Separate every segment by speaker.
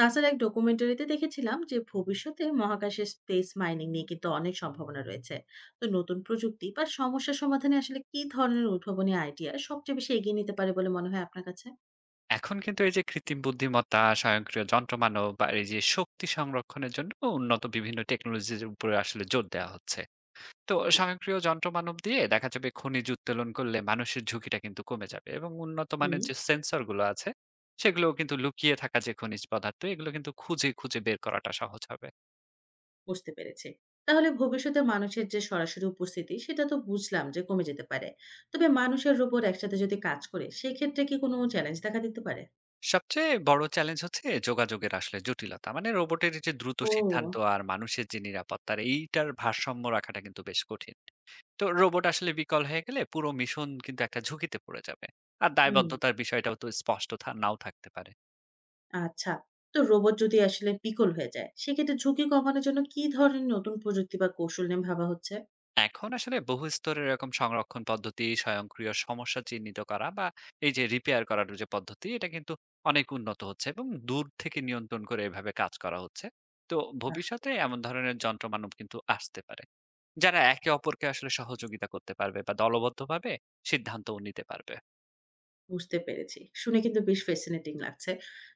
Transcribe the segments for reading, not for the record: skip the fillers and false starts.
Speaker 1: নাসার এক ডকুমেন্টারিতে দেখেছিলাম যে ভবিষ্যতে মহাকাশে স্পেস মাইনিং নিয়ে কিন্তু অনেক সম্ভাবনা রয়েছে। তো নতুন প্রযুক্তি বা সমস্যা সমাধানে আসলে কি ধরনের উদ্ভাবনী আইডিয়া সবচেয়ে বেশি এগিয়ে নিতে পারে বলে মনে হয় আপনার কাছে?
Speaker 2: এখন কিন্তু এই যে কৃত্রিম বুদ্ধিমত্তা, স্বয়ংক্রিয় যন্ত্রমানব বা এই যে শক্তি সংরক্ষণের জন্য উন্নত বিভিন্ন টেকনোলজির উপরে আসলে জোর দেওয়া হচ্ছে। তো
Speaker 1: জি।
Speaker 2: স্বয়ংক্রিয় যন্ত্রমানব দিয়ে দেখা যাবে খনিজ উত্তোলন করলে মানুষের ঝুঁকিটা কিন্তু কমে যাবে এবং উন্নত
Speaker 1: হুম।
Speaker 2: মানের যে সেন্সর গুলো আছে সেগুলোও কিন্তু লুকিয়ে থাকা যে খনিজ পদার্থ এগুলো কিন্তু খুঁজে, খুঁজে বের করাটা সহজ হবে।
Speaker 1: বুঝতে পেরেছি। তাহলে ভবিষ্যতে মানুষের যে সরাসরি উপস্থিতি সেটা তো বুঝলাম যে কমে যেতে পারে। তবে মানুষের উপর একসাথে যদি কাজ করে সেক্ষেত্রে কি কোনো চ্যালেঞ্জ দেখা দিতে পারে?
Speaker 2: সবচেয়ে বড় চ্যালেঞ্জ হচ্ছে যোগাযোগের আসলে জটিলতা। মানে রোবটের যে দ্রুত
Speaker 1: ও।
Speaker 2: সিদ্ধান্ত আর মানুষের যে নিরাপত্তার এইটার ভারসাম্য রাখাটা কিন্তু বেশ কঠিন। তো রোবট আসলে বিকল হয়ে গেলে পুরো মিশন কিন্তু একটা ঝুঁকিতে পড়ে যাবে। আর
Speaker 1: হুম।
Speaker 2: দায়বদ্ধতার বিষয়টাও তো স্পষ্ট নাও থাকতে পারে।
Speaker 1: আচ্ছা। তো রোবট যদি আসলে বিকল হয়ে যায়, সেক্ষেত্রে ঝুঁকি কমানোর জন্য কি ধরনের নতুন প্রযুক্তি বা কৌশল নিয়ে ভাবা হচ্ছে?
Speaker 2: এখন আসলে বহু স্তরের এরকম সংরক্ষণ পদ্ধতি, স্বয়ংক্রিয় সমস্যা চিহ্নিত করা বা এই যে রিপেয়ার করার যে পদ্ধতি এটা কিন্তু অনেক উন্নত হচ্ছে এবং দূর থেকে নিয়ন্ত্রণ করে এভাবে কাজ করা হচ্ছে। তো
Speaker 1: বাহ!
Speaker 2: ভবিষ্যতে এমন ধরনের যন্ত্রমানব কিন্তু আসতে পারে যারা একে অপরকে আসলে সহযোগিতা করতে পারবে বা দলবদ্ধভাবে সিদ্ধান্তও নিতে পারবে।
Speaker 1: বুঝতে পেরেছি। শুনে কিন্তু বেশ ফ্যাসিনেটিং লাগছে।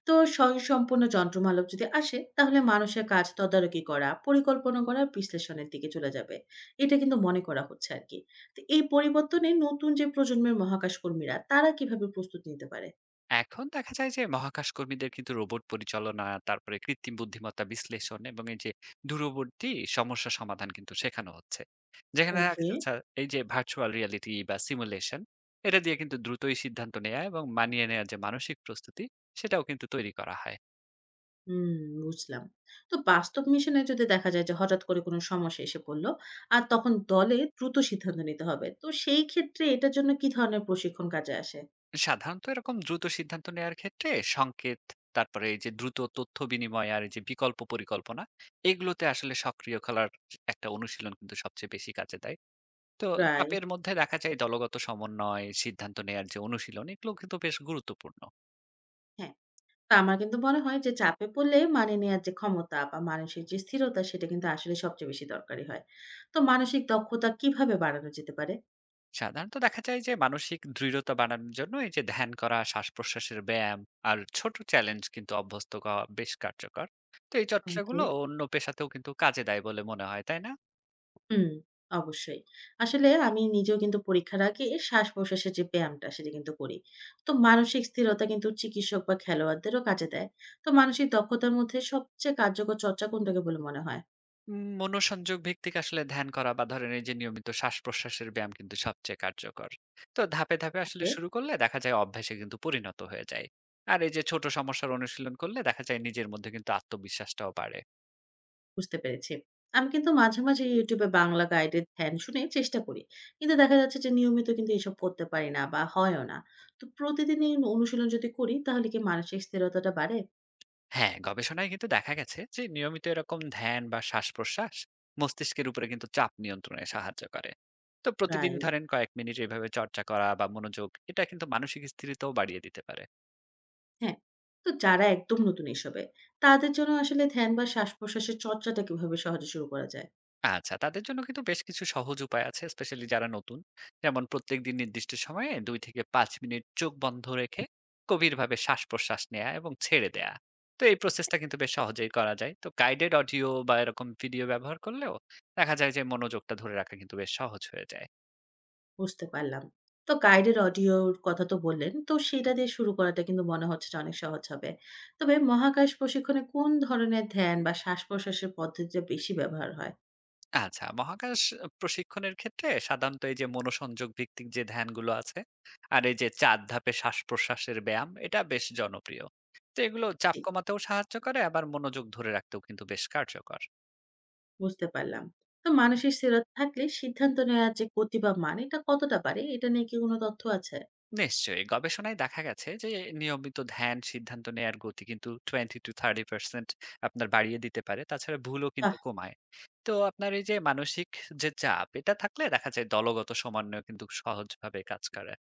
Speaker 1: তো স্বয়ংসম্পূর্ণ যন্ত্রমানব যদি আসে, তাহলে মানুষের কাজ তদারকি করা, পরিকল্পনা করা, বিশ্লেষণের দিকে চলে যাবে। এটা কিন্তু মনে করা হচ্ছে আরকি। তো এই পরিবর্তনে নতুন যে প্রজন্মের মহাকাশ কর্মীরা, তারা কিভাবে প্রস্তুতি নিতে পারে?
Speaker 2: এখন দেখা যায় যে মহাকাশ কর্মীদের কিন্তু রোবট পরিচালনা, তারপরে কৃত্রিম বুদ্ধিমত্তা বিশ্লেষণ এবং এই যে দূরবর্তী সমস্যা সমাধান কিন্তু শেখানো হচ্ছে, যেখানে দেখা
Speaker 1: ওকে।
Speaker 2: যাচ্ছে এই যে ভার্চুয়াল রিয়ালিটি বা সিমুলেশন এটা দিয়ে কিন্তু দ্রুতই সিদ্ধান্ত নেওয়া এবং মানিয়ে নেওয়ার যে মানসিক প্রস্তুতি সেটাও কিন্তু তৈরি করা হয়।
Speaker 1: হুম, বুঝলাম। তো বাস্তব মিশনে যদি দেখা যায় যে হঠাৎ করে কোনো সমস্যা এসে পড়ল, আর তখন দলে দ্রুত সিদ্ধান্ত নিতে হবে। তো সেই ক্ষেত্রে এটার জন্য কি ধরনের প্রশিক্ষণ কাজে আসে?
Speaker 2: সাধারণত এরকম দ্রুত সিদ্ধান্ত নেওয়ার ক্ষেত্রে সংকেত, তারপরে এই যে দ্রুত তথ্য বিনিময় আর এই যে বিকল্প পরিকল্পনা এগুলোতে আসলে সক্রিয় খেলার একটা অনুশীলন কিন্তু সবচেয়ে বেশি কাজে দেয়। তো
Speaker 1: রাইট,
Speaker 2: চাপের মধ্যে দেখা যায় দলগত সমন্বয়, সিদ্ধান্ত নেয়ার যে অনুশীলন, এগুলো কিন্তু বেশ গুরুত্বপূর্ণ।
Speaker 1: হ্যাঁ। তো আমার কিন্তু মনে হয় যে চাপে পড়লে মানিয়ে নেয়ার যে ক্ষমতা বা মানসিক যে স্থিরতা সেটা কিন্তু আসলে সবচেয়ে বেশি দরকারি হয়। তো মানসিক দক্ষতা কিভাবে বাড়ানো যেতে পারে?
Speaker 2: সাধারণত দেখা যায় যে মানসিক দৃঢ়তা বাড়ানোর জন্য এই যে ধ্যান করা, শ্বাসপ্রশ্বাসের ব্যায়াম আর ছোট চ্যালেঞ্জ কিন্তু অভ্যস্ত করা বেশ কার্যকর। তো এই
Speaker 1: ওকে।
Speaker 2: চর্চাগুলো অন্য পেশাতেও কিন্তু কাজে দেয় বলে মনে হয়, তাই না?
Speaker 1: হুম, অবশ্যই। আসলে আমি নিজেও কিন্তু পরীক্ষার আগে শ্বাস-প্রশ্বাসের যে ব্যায়ামটা সেটা কিন্তু করি। তো মানসিক স্থিরতা কিন্তু চিকিৎসক বা খেলোয়াড়দেরও কাজে দেয়। তো মানসিক দক্ষতার মধ্যে সবচেয়ে কার্যকর চর্চা কোনটাকে বলে মনে হয়?
Speaker 2: মনোসংযোগ ভিত্তিক আসলে ধ্যান করা বা ধরেন এই যে নিয়মিত শ্বাস-প্রশ্বাসের ব্যায়াম কিন্তু সবচেয়ে কার্যকর। তো ধাপে, ধাপে আসলে
Speaker 1: ওকে,
Speaker 2: শুরু করলে দেখা যায় অভ্যাসে কিন্তু পরিণত হয়ে যায়। আর এই যে ছোট সমস্যার অনুশীলন করলে দেখা যায় নিজের মধ্যে কিন্তু আত্মবিশ্বাসটাও বাড়ে।
Speaker 1: বুঝতে পেরেছি। আমি কিন্তু মাঝে মাঝে YouTube এ বাংলা গাইডের ধ্যান শুনে চেষ্টা করি। কিন্তু দেখা যাচ্ছে যে নিয়মিত কিন্তু এসব করতে পারি না বা হয়ও না। তো প্রতিদিন এই অনুশীলন যদি করি তাহলে কি মানসিক স্থিরতাটা বাড়ে?
Speaker 2: হ্যাঁ, গবেষণায় কিন্তু দেখা গেছে যে নিয়মিত এরকম ধ্যান বা শ্বাস-প্রশ্বাস মস্তিষ্কের উপরে কিন্তু চাপ নিয়ন্ত্রণে সাহায্য করে। তো প্রতিদিন
Speaker 1: রাইট।
Speaker 2: ধরেন কয়েক মিনিট এভাবে চর্চা করা বা মনোযোগ, এটা কিন্তু মানসিক স্থিরতাও বাড়িয়ে দিতে পারে।
Speaker 1: হ্যাঁ, তো যারা একদম নতুন এসবে, তাদের জন্য আসলে ধ্যান বা শ্বাস-প্রশ্বাসের চর্চাটা কিভাবে সহজে শুরু করা যায়?
Speaker 2: আচ্ছা, তাদের জন্য কিন্তু বেশ কিছু সহজ উপায় আছে, স্পেশালি যারা নতুন। যেমন প্রত্যেকদিন নির্দিষ্ট সময়ে ২ থেকে ৫ মিনিট চোখ বন্ধ রেখে গভীরভাবে শ্বাস-প্রশ্বাস নেয়া এবং ছেড়ে দেয়া। তো এই প্রসেসটা কিন্তু বেশ সহজেই করা যায়। তো গাইডেড অডিও বা এরকম ভিডিও ব্যবহার করলেও দেখা যায় যে মনোযোগটা ধরে রাখা কিন্তু বেশ সহজ হয়ে যায়।
Speaker 1: বুঝতে পারলাম। তো গাইডের অডিওর কথা তো বললেন, তো সেটা দিয়ে শুরু করাটা কিন্তু মনে হচ্ছে যে অনেক সহজ হবে। তবে মহাকাশ প্রশিক্ষণে কোন ধরনের ধ্যান বা শ্বাস-প্রশ্বাসের পদ্ধতিটা বেশি ব্যবহার হয়?
Speaker 2: আচ্ছা, মহাকাশ প্রশিক্ষণের ক্ষেত্রে সাধারণত এই যে মনোসংযোগ ভিত্তিক যে ধ্যানগুলো আছে, আর এই যে ৪ ধাপে শ্বাস-প্রশ্বাসের ব্যায়াম, এটা বেশ জনপ্রিয়। তো এগুলো চাপ
Speaker 1: জি,
Speaker 2: কমাতেও সাহায্য করে, আবার মনোযোগ ধরে রাখতেও কিন্তু বেশ কার্যকর।
Speaker 1: বুঝতে পারলাম। তো মানসিক স্থিরতা থাকলে সিদ্ধান্ত নেওয়ার যে গতি বা মান, এটা কতটা বাড়ে? এটা নিয়ে কি কোনো তথ্য আছে?
Speaker 2: নিশ্চয়ই গবেষণায় দেখা গেছে যে নিয়মিত ধ্যান সিদ্ধান্ত নেয়ার গতি কিন্তু 20-30% আপনার বাড়িয়ে দিতে পারে। তাছাড়া ভুলও কিন্তু
Speaker 1: বাহ!
Speaker 2: কমায়। তো আপনার এই যে মানসিক যে চাপ এটা থাকলে দেখা যায় দলগত সমন্বয় কিন্তু সহজভাবে কাজ করে।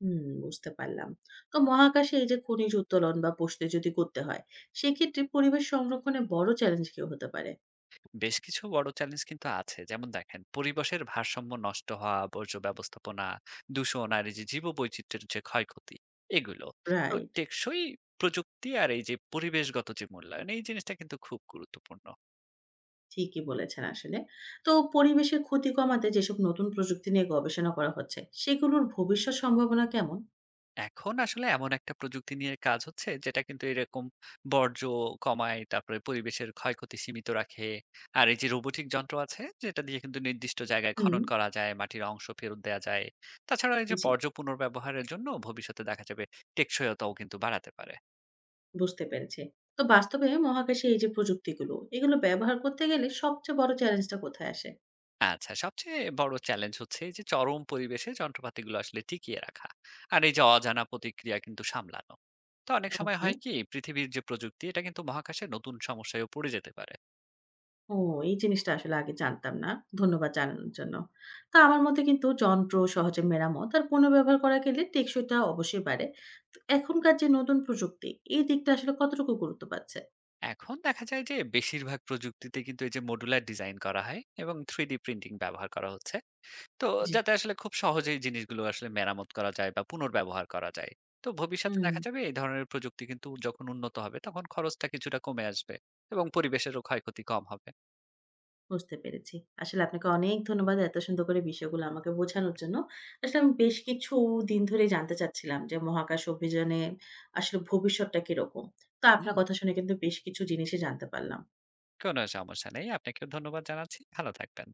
Speaker 1: হুম, বুঝতে পারলাম। তো মহাকাশে এই যে খনিজ উত্তোলন বা পুষতে যদি করতে হয়, সেক্ষেত্রে পরিবেশ সংরক্ষণে বড় চ্যালেঞ্জ কি হতে পারে?
Speaker 2: বেশ কিছু বড় চ্যালেঞ্জ কিন্তু আছে, যেমন দেখেন পরিবেশের ভারসাম্য নষ্ট হওয়া, বর্জ্য ব্যবস্থাপনা, দূষণ আর এই যে জীববৈচিত্র্যের যে ক্ষয়ক্ষতি, এগুলো। তো
Speaker 1: রাইট,
Speaker 2: টেকসই প্রযুক্তি আর এই যে পরিবেশগত যে মূল্যায়ন, এই জিনিসটা কিন্তু খুব গুরুত্বপূর্ণ।
Speaker 1: ঠিকই বলেছেন আসলে। তো পরিবেশের ক্ষতি কমাতে যেসব নতুন প্রযুক্তি নিয়ে গবেষণা করা হচ্ছে, সেগুলোর ভবিষ্যৎ সম্ভাবনা কেমন?
Speaker 2: এখন আসলে এমন একটা প্রযুক্তি নিয়ে কাজ হচ্ছে যেটা কিন্তু এরকম বর্জ্য কমায়, তারপরে পরিবেশের ক্ষয়ক্ষতি সীমিত রাখে। আর এই যে রোবোটিক যন্ত্র আছে যেটা দিয়ে কিন্তু নির্দিষ্ট জায়গায়
Speaker 1: হুম,
Speaker 2: খনন করা যায়, মাটির অংশ ফেরত দেয়া যায়। তাছাড়া এই যে
Speaker 1: জি,
Speaker 2: বর্জ্য পুনর্ব্যবহারের জন্য ভবিষ্যতে দেখা যাবে টেকসইতাও কিন্তু বাড়াতে পারে।
Speaker 1: বুঝতে পেরেছি। তো বাস্তবে মহাকাশে এই যে প্রযুক্তিগুলো, এগুলো ব্যবহার করতে গেলে সবচেয়ে বড় চ্যালেঞ্জটা কোথায় আসে?
Speaker 2: আচ্ছা, সবচেয়ে বড় চ্যালেঞ্জ হচ্ছে এই যে চরম পরিবেশে যন্ত্রপাতিগুলো আসলে টিকিয়ে রাখা। আর এই যে অজানা প্রতিক্রিয়া কিন্তু সামলানো। তো অনেক সময়
Speaker 1: ওকে।
Speaker 2: হয় কি পৃথিবীর যে প্রযুক্তি এটা কিন্তু মহাকাশে নতুন সমস্যায়ও পড়ে যেতে পারে।
Speaker 1: ও এই জিনিসটা আসলে আগে জানতাম না। ধন্যবাদ জানানোর জন্য। তো আমার মতে কিন্তু যন্ত্র সহজে মেরামত আর পুনর্ব্যবহার করা গেলে টেকসইটা অবশ্যই বাড়ে। তো এখনকার যে নতুন প্রযুক্তি এই দিকটা আসলে কতটুকু গুরুত্ব পাচ্ছে?
Speaker 2: এখন দেখা যায় যে বেশিরভাগ প্রযুক্তিতে কিন্তু এই যে মডুলার ডিজাইন করা হয় এবং 3D প্রিন্টিং ব্যবহার করা হচ্ছে, তো
Speaker 1: জি।
Speaker 2: যাতে আসলে খুব সহজেই জিনিসগুলো আসলে মেরামত করা যায় বা পুনর্ব্যবহার করা যায়। তো ভবিষ্যতে
Speaker 1: হুম,
Speaker 2: দেখা যাবে এই ধরনের প্রযুক্তি কিন্তু যখন উন্নত হবে তখন খরচটা কিছুটা কমে আসবে এবং পরিবেশেরও ক্ষয়ক্ষতি কম হবে।
Speaker 1: বুঝতে পেরেছি। আসলে আপনাকে অনেক ধন্যবাদ এত সুন্দর করে বিষয়গুলো আমাকে বোঝানোর জন্য। আসলে আমি বেশ কিছুদিন ধরেই জানতে চাচ্ছিলাম যে মহাকাশ অভিযানে আসলে ভবিষ্যৎটা কিরকম? তো আপনার
Speaker 2: হুম,
Speaker 1: কথা শুনে কিন্তু বেশ কিছু জিনিসই জানতে পারলাম।
Speaker 2: কোনো সমস্যা নেই। আপনাকেও ধন্যবাদ জানাচ্ছি, ভালো থাকবেন।